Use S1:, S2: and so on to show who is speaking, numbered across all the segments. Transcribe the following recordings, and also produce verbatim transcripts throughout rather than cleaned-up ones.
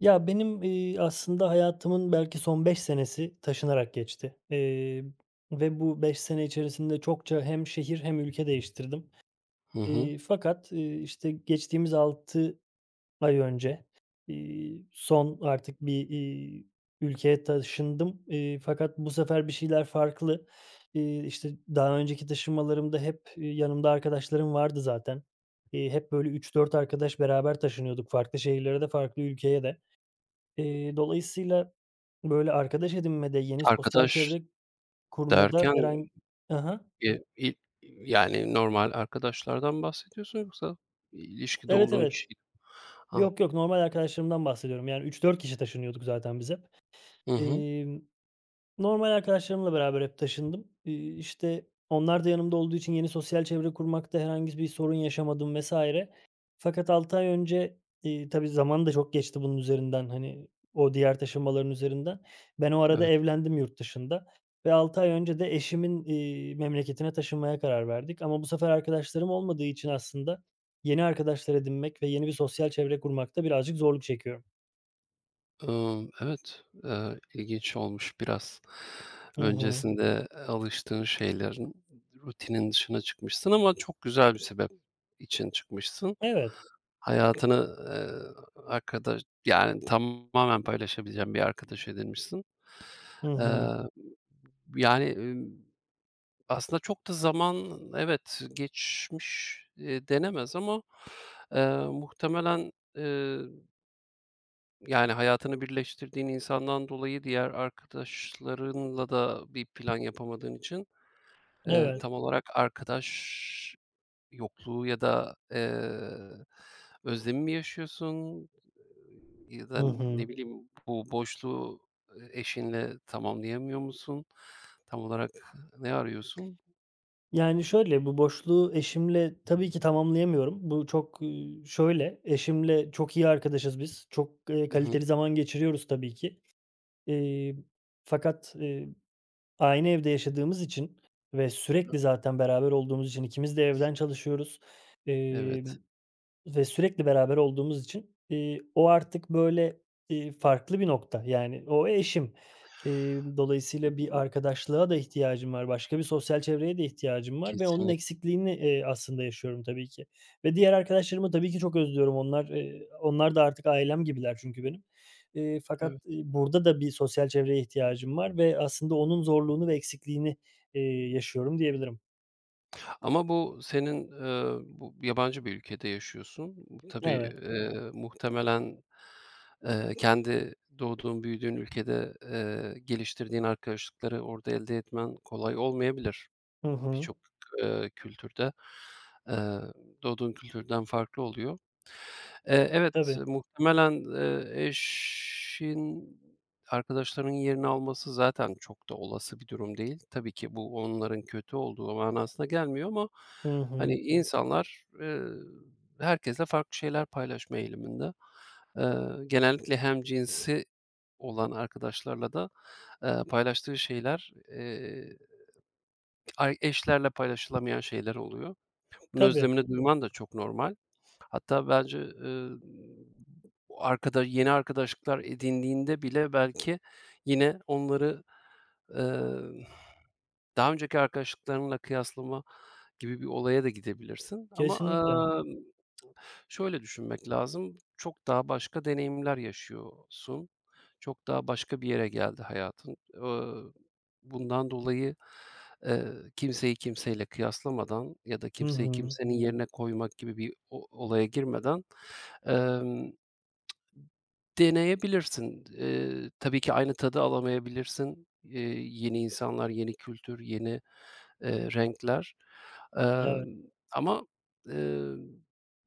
S1: Ya, benim, eee, aslında hayatımın belki son beş senesi taşınarak geçti, eee, ve bu beş sene içerisinde çokça hem şehir hem ülke değiştirdim.
S2: Hı hı.
S1: Eee, fakat, eee, işte, geçtiğimiz altı ay önce, iii, son artık bir, iii, ülkeye taşındım. Eee, fakat bu sefer bir şeyler farklı. İii, işte, daha önceki taşınmalarımda hep, eee, yanımda arkadaşlarım vardı zaten. İii, hep böyle üç dört arkadaş beraber taşınıyorduk farklı şehirlere de farklı ülkeye de. Eee, dolayısıyla, böyle, arkadaş edinmede, yeni sosyal
S2: Arkadaş
S1: çevre kurmada
S2: derken,
S1: herhangi... Hı hı.
S2: eee, i yani normal arkadaşlardan bahsediyorsun yoksa ilişkide
S1: Evet,
S2: olduğun
S1: evet.
S2: kişi? Ha,
S1: Yok, yok, normal arkadaşlarımdan bahsediyorum. Yani üç dört kişi taşınıyorduk zaten biz hep.
S2: hı hı,
S1: Emm Normal arkadaşlarımla beraber hep taşındım. İii, işte, onlar da yanımda olduğu için yeni sosyal çevre kurmakta herhangi bir sorun yaşamadım vesaire. Fakat altı ay önce, iii, tabii zaman da çok geçti bunun üzerinden, hani, o diğer taşınmaların üzerinden. Ben o arada
S2: evet.
S1: evlendim yurt dışında ve altı ay önce de eşimin, iii, memleketine taşınmaya karar verdik ama bu sefer arkadaşlarım olmadığı için aslında yeni arkadaşlar edinmek ve yeni bir sosyal çevre kurmakta birazcık zorluk çekiyorum.
S2: Imm, evet, eee, ilginç olmuş biraz.
S1: Hı hı.
S2: Öncesinde alıştığın şeylerin, rutinin dışına çıkmışsın ama çok güzel bir sebep için çıkmışsın.
S1: Evet.
S2: Hayatını, eee, arkadaş yani tamamen paylaşabileceğin bir arkadaş edinmişsin.
S1: Hı
S2: Eee,
S1: hı.
S2: yani, Aslında çok da zaman, evet, geçmiş, eee, denemez ama, eee, muhtemelen, eee, yani, hayatını birleştirdiğin insandan dolayı diğer arkadaşlarınla da bir plan yapamadığın için, eee, tam
S1: Evet.
S2: olarak arkadaş yokluğu ya da, eee, özlemi mi yaşıyorsun ya da
S1: Hı
S2: ne
S1: hı.
S2: bileyim bu boşluğu, eee, eşinle tamamlayamıyor musun? Tam olarak ne arıyorsun?
S1: Yani, şöyle, bu boşluğu eşimle tabii ki tamamlayamıyorum. Bu çok, ııı, şöyle, eşimle çok iyi arkadaşız biz. Çok, eee,
S2: Hı hı,
S1: kaliteli zaman geçiriyoruz tabii ki. Eee, fakat, eee, aynı evde yaşadığımız için ve sürekli zaten beraber olduğumuz için ikimiz de evden çalışıyoruz.
S2: evet.
S1: Emm ve sürekli beraber olduğumuz için, eee, o artık, böyle, eee, farklı bir nokta. Yani, o eşim. Eee, dolayısıyla bir arkadaşlığa da ihtiyacım var. Başka bir sosyal çevreye de ihtiyacım var ve onun
S2: Kesinlikle.
S1: eksikliğini, eee, aslında yaşıyorum tabii ki. Ve diğer arkadaşlarımı tabii ki çok özlüyorum. Onlar, eee, onlar da artık ailem gibiler çünkü benim. Eee, fakat,
S2: Evet.
S1: eee, burada da bir sosyal çevreye ihtiyacım var ve aslında onun zorluğunu ve eksikliğini, eee, yaşıyorum diyebilirim.
S2: Ama bu senin, eee, bu yabancı bir ülkede yaşıyorsun. Bu tabii,
S1: Evet.
S2: eee, muhtemelen, eee, kendi doğduğun, büyüdüğün ülkede, eee, geliştirdiğin arkadaşlıkları orada elde etmen kolay olmayabilir.
S1: Hı hı.
S2: Birçok, eee, kültürde, eee, doğduğun kültürden farklı oluyor. Eee, evet,
S1: Tabii.
S2: muhtemelen, eee, eşin arkadaşlarının yerini alması zaten çok da olası bir durum değil. Tabii ki bu onların kötü olduğu manasına gelmiyor ama,
S1: Hı
S2: hani,
S1: hı.
S2: insanlar, eee, herkesle farklı şeyler paylaşma eğiliminde. Eee, Genellikle hemcinsi olan arkadaşlarla da, eee, paylaştığı şeyler, eee, ay eşlerle paylaşılamayan şeyler oluyor. Bunun
S1: Tabii.
S2: özlemini duyman da çok normal. Hatta bence, ııı, arkada yeni arkadaşlıklar edindiğinde bile belki yine onları, emm, daha önceki arkadaşlıklarınla kıyaslama gibi bir olaya da gidebilirsin ama,
S1: Kesinlikle.
S2: emm, şöyle düşünmek lazım, çok daha başka deneyimler yaşıyorsun, çok daha başka bir yere geldi hayatın. Iıı, bundan dolayı, eee, kimseyi kimseyle kıyaslamadan ya da
S1: Hı
S2: kimseyi
S1: hı.
S2: kimsenin yerine koymak gibi bir o olaya girmeden Emm, deneyebilirsin. Eee, tabii ki aynı tadı alamayabilirsin. Eee, yeni insanlar, yeni kültür, yeni, eee, renkler.
S1: Evet.
S2: Emm, Ama, emm,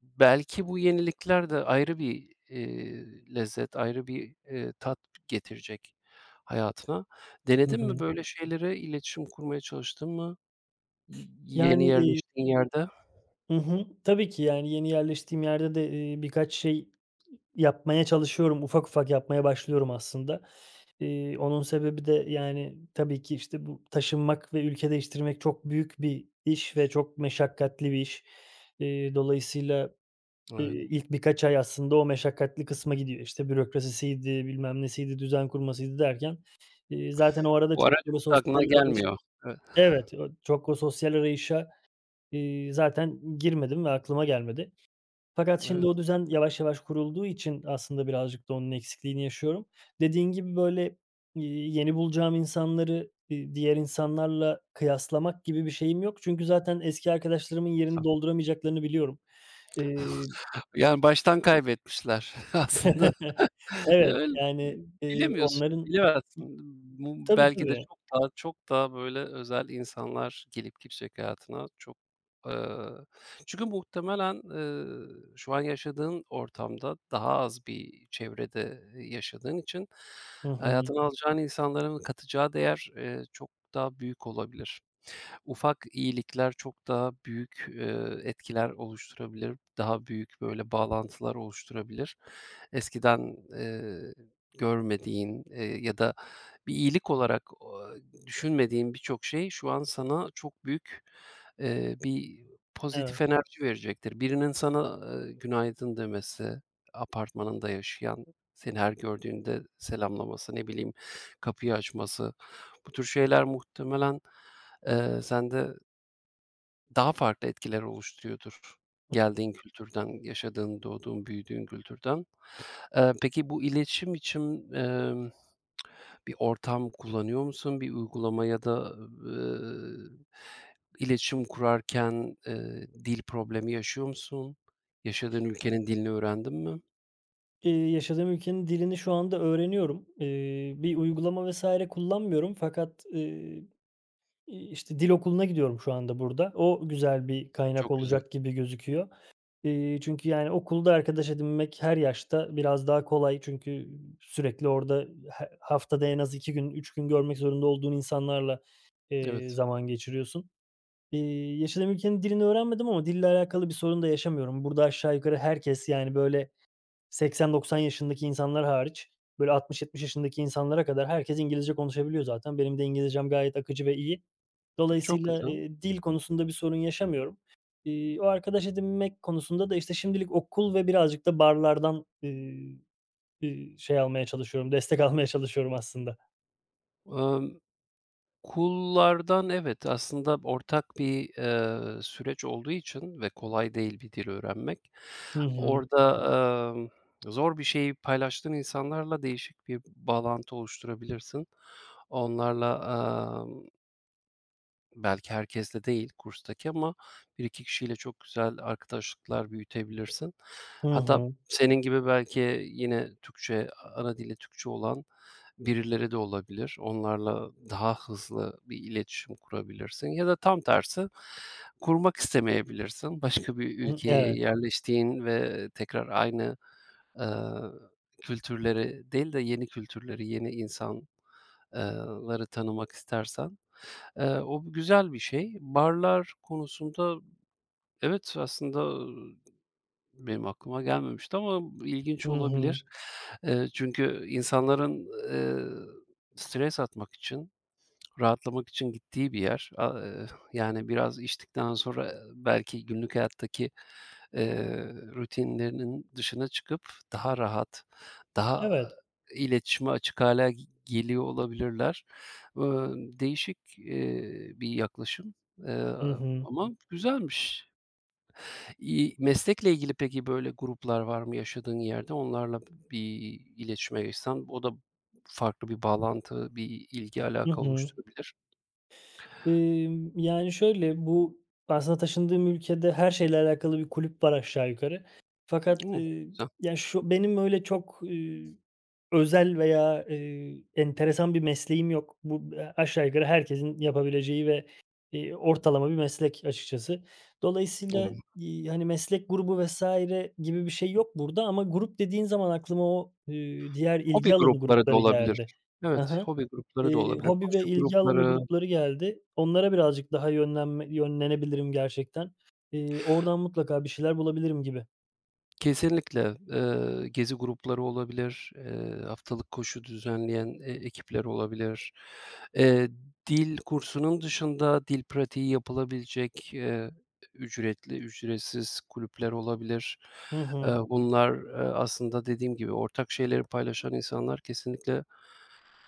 S2: belki bu yenilikler de ayrı bir, eee, lezzet, ayrı bir, eee, tat getirecek hayatına.
S1: Hı
S2: Denedin mi
S1: hı.
S2: böyle şeyleri? İletişim kurmaya çalıştın mı y yeni
S1: Yani, eee
S2: yerleştiğin yerde?
S1: Hı hı. Tabii ki, yani, yeni yerleştiğim yerde de, eee, birkaç şey yapmaya çalışıyorum. Ufak ufak yapmaya başlıyorum aslında. Eee, onun sebebi de, yani, tabii ki, işte, bu taşınmak ve ülke değiştirmek çok büyük bir iş ve çok meşakkatli bir iş. Eee, dolayısıyla, eee,
S2: Evet.
S1: ilk birkaç ay aslında o meşakkatli kısma gidiyor. İşte, bürokrasisiydi, bilmem nesiydi, düzen kurmasıydı derken, eee, zaten o arada
S2: Bu
S1: çok
S2: ara
S1: böyle
S2: çok da
S1: sosyal
S2: aklına
S1: arayış...
S2: gelmiyor. Evet,
S1: Evet, o çok o sosyal arayışa, iii, zaten girmedim ve aklıma gelmedi. Fakat şimdi
S2: evet.
S1: o düzen yavaş yavaş kurulduğu için aslında birazcık da onun eksikliğini yaşıyorum. Dediğin gibi, böyle, iii, yeni bulacağım insanları, iii, diğer insanlarla kıyaslamak gibi bir şeyim yok. Çünkü zaten eski arkadaşlarımın yerini dolduramayacaklarını biliyorum. Eee
S2: Yani, baştan kaybetmişler aslında. Ya,
S1: Evet,
S2: öyle
S1: yani, eee,
S2: bilemiyorsun,
S1: onların...
S2: bilemezsin. Bu
S1: Tabii,
S2: belki de
S1: tabii.
S2: çok daha çok daha, böyle, özel insanlar gelip gidecek hayatına. Çok, ııı çünkü muhtemelen, ııı, şu an yaşadığın ortamda daha az bir çevrede yaşadığın için
S1: Hı hı.
S2: hayatına alacağın insanların katacağı değer, eee, çok daha büyük olabilir. Ufak iyilikler çok daha büyük, eee, etkiler oluşturabilir, daha büyük, böyle, bağlantılar oluşturabilir. Eskiden, eee, görmediğin, eee, ya da bir iyilik olarak o düşünmediğin birçok şey şu an sana çok büyük, eee, bir pozitif
S1: Evet.
S2: enerji verecektir. Birinin sana, eee, günaydın demesi, apartmanında yaşayan, seni her gördüğünde selamlaması, ne bileyim, kapıyı açması, bu tür şeyler muhtemelen Eee, sende daha farklı etkiler oluşturuyordur geldiğin kültürden, yaşadığın, doğduğun, büyüdüğün kültürden. Eee, peki bu iletişim için, emm, bir ortam kullanıyor musun? Bir uygulama ya da, eee, iletişim kurarken, eee, dil problemi yaşıyor musun? Yaşadığın ülkenin dilini öğrendin mi?
S1: Eee, yaşadığım ülkenin dilini şu anda öğreniyorum. Eee, bir uygulama vesaire kullanmıyorum fakat, eee, iii, işte, dil okuluna gidiyorum şu anda burada. O güzel bir
S2: A,
S1: kaynak
S2: çok güzel.
S1: olacak gibi gözüküyor. Eee, çünkü, yani, okulda arkadaş edinmek her yaşta biraz daha kolay. Çünkü sürekli orada he haftada en az iki gün, üç gün görmek zorunda olduğun insanlarla, eee,
S2: Evet,
S1: zaman geçiriyorsun. Eee, yaşadığım ülkenin dilini öğrenmedim ama dille alakalı bir sorun da yaşamıyorum. Burada aşağı yukarı herkes, yani, böyle, seksen doksan yaşındaki insanlar hariç, böyle altmış yetmiş yaşındaki insanlara kadar herkes İngilizce konuşabiliyor zaten. Benim de İngilizcem gayet akıcı ve iyi.
S2: çok
S1: Dolayısıyla,
S2: güzel.
S1: eee, dil konusunda bir sorun yaşamıyorum. İii, o arkadaş edinmek konusunda da, işte, şimdilik okul ve birazcık da barlardan, eee, eee, şey almaya çalışıyorum, destek almaya çalışıyorum aslında.
S2: Emm Kullardan evet, aslında ortak bir, eee, süreç olduğu için ve kolay değil bir dil öğrenmek,
S1: Hı hı.
S2: orada, emm, zor bir şeyi paylaştığın insanlarla değişik bir bağlantı oluşturabilirsin. Onlarla, emm, belki herkesle değil kurstaki ama bir iki kişiyle çok güzel arkadaşlıklar büyütebilirsin.
S1: Hı
S2: Hatta
S1: hı.
S2: senin gibi belki yine Türkçe, ana dili Türkçe olan, birileri de olabilir. Onlarla daha hızlı bir iletişim kurabilirsin ya da tam tersi kurmak istemeyebilirsin. Başka bir
S1: Hı
S2: ülkeye
S1: evet.
S2: yerleştiğin ve tekrar aynı, eee, kültürleri değil de yeni kültürleri, yeni insanları tanımak istersen. Eee, o güzel bir şey. Barlar konusunda evet, aslında benim aklıma gelmemişti ama ilginç
S1: Hı hı.
S2: olabilir. Eee, çünkü insanların, eee, stres atmak için rahatlamak için gittiği bir yer. A eee, Yani biraz içtikten sonra belki günlük hayattaki, eee, rutinlerinin dışına çıkıp daha rahat, daha
S1: Evet.
S2: e, iletişime açık hale g geliyor olabilirler. Iıı, Değişik, eee, bir yaklaşım, eee,
S1: Hı hı.
S2: ama güzelmiş. İii, meslekle ilgili peki böyle gruplar var mı yaşadığın yerde? Onlarla bir iletişime geçsen o da farklı bir bağlantı, bir ilgi
S1: Hı
S2: alaka
S1: hı.
S2: oluşturabilir.
S1: Emm, yani, şöyle, bu aslında taşındığım ülkede her şeyle alakalı bir kulüp var aşağı yukarı. Fakat,
S2: Hımm.
S1: eee, ya, şu benim öyle çok, eee, özel veya, eee, enteresan bir mesleğim yok. Bu b aşağı yukarı herkesin yapabileceği ve, eee, ortalama bir meslek açıkçası. Dolayısıyla,
S2: Imm,
S1: iii, hani, meslek grubu vesaire gibi bir şey yok burada ama grup dediğin zaman aklıma o, eee, diğer
S2: Hobi
S1: ilgi alanı
S2: grupları da
S1: grupları
S2: olabilir.
S1: geldi. Hı
S2: Evet,
S1: hı.
S2: hobi grupları da
S1: Eee,
S2: olabilir.
S1: hobi ve
S2: Koşu
S1: ilgi alanı
S2: grupları
S1: grupları geldi. Onlara birazcık daha yönlenme yönlenebilirim gerçekten. Eee, oradan mutlaka bir şeyler bulabilirim gibi.
S2: kesinlikle, eee, gezi grupları olabilir, eee, haftalık koşu düzenleyen, eee, ekipler olabilir. Eee, Dil kursunun dışında dil pratiği yapılabilecek, eee, ücretli, ücretsiz kulüpler olabilir.
S1: Hı hı.
S2: Eee, bunlar, eee, aslında dediğim gibi ortak şeyleri paylaşan insanlar kesinlikle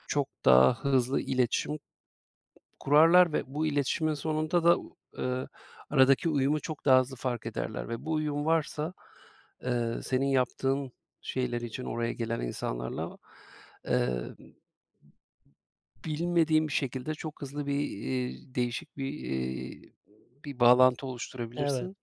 S2: çok daha hızlı iletişim kurarlar ve bu iletişimin sonunda da, eee, aradaki uyumu çok daha hızlı fark ederler ve bu uyum varsa, eee, senin yaptığın şeyler için oraya gelen insanlarla, eee, bilmediğin bir şekilde çok hızlı bir, iii, değişik bir, iii, bir bağlantı
S1: Evet,
S2: oluşturabilirsin.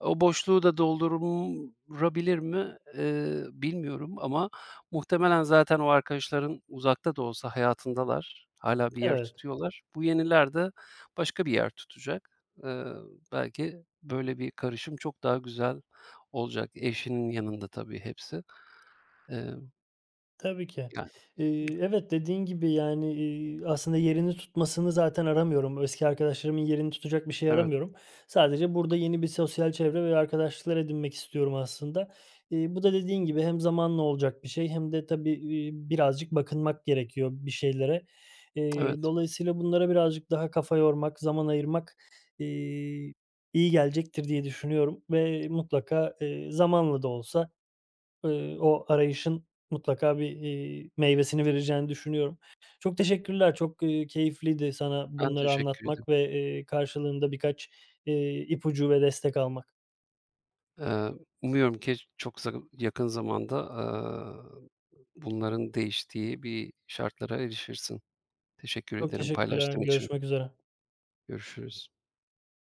S2: O boşluğu da doldurabilir mi, eee, bilmiyorum ama muhtemelen zaten o arkadaşların uzakta da olsa hayatındalar. Hala bir yer
S1: evet.
S2: tutuyorlar. Bu yeniler de başka bir yer tutacak. Eee, belki böyle bir karışım çok daha güzel olacak. Eşinin yanında tabii hepsi. Eee,
S1: Tabii ki.
S2: yani
S1: Eee, evet, dediğin gibi, yani, iii, aslında yerini tutmasını zaten aramıyorum. Eski arkadaşlarımın yerini tutacak bir şey
S2: Evet,
S1: aramıyorum. Sadece burada yeni bir sosyal çevre ve arkadaşlıklar edinmek istiyorum aslında. İii, bu da dediğin gibi hem zamanla olacak bir şey hem de tabii, iii, birazcık bakınmak gerekiyor bir şeylere. Eee,
S2: evet.
S1: dolayısıyla bunlara birazcık daha kafa yormak, zaman ayırmak, iii, iyi gelecektir diye düşünüyorum ve mutlaka, eee, zamanla da olsa... Eee, o arayışın mutlaka bir, iii, meyvesini vereceğini düşünüyorum. Çok teşekkürler. Çok, eee, keyifliydi sana
S2: Ben
S1: bunları
S2: teşekkür ederim.
S1: anlatmak ve, eee, karşılığında birkaç, eee, ipucu ve destek almak.
S2: Eee, Umuyorum ki çok za yakın zamanda, eee, bunların değiştiği bir şartlara erişirsin. Teşekkür
S1: Çok
S2: ederim
S1: teşekkürler.
S2: paylaştığın için.
S1: Görüşmek üzere.
S2: Görüşürüz.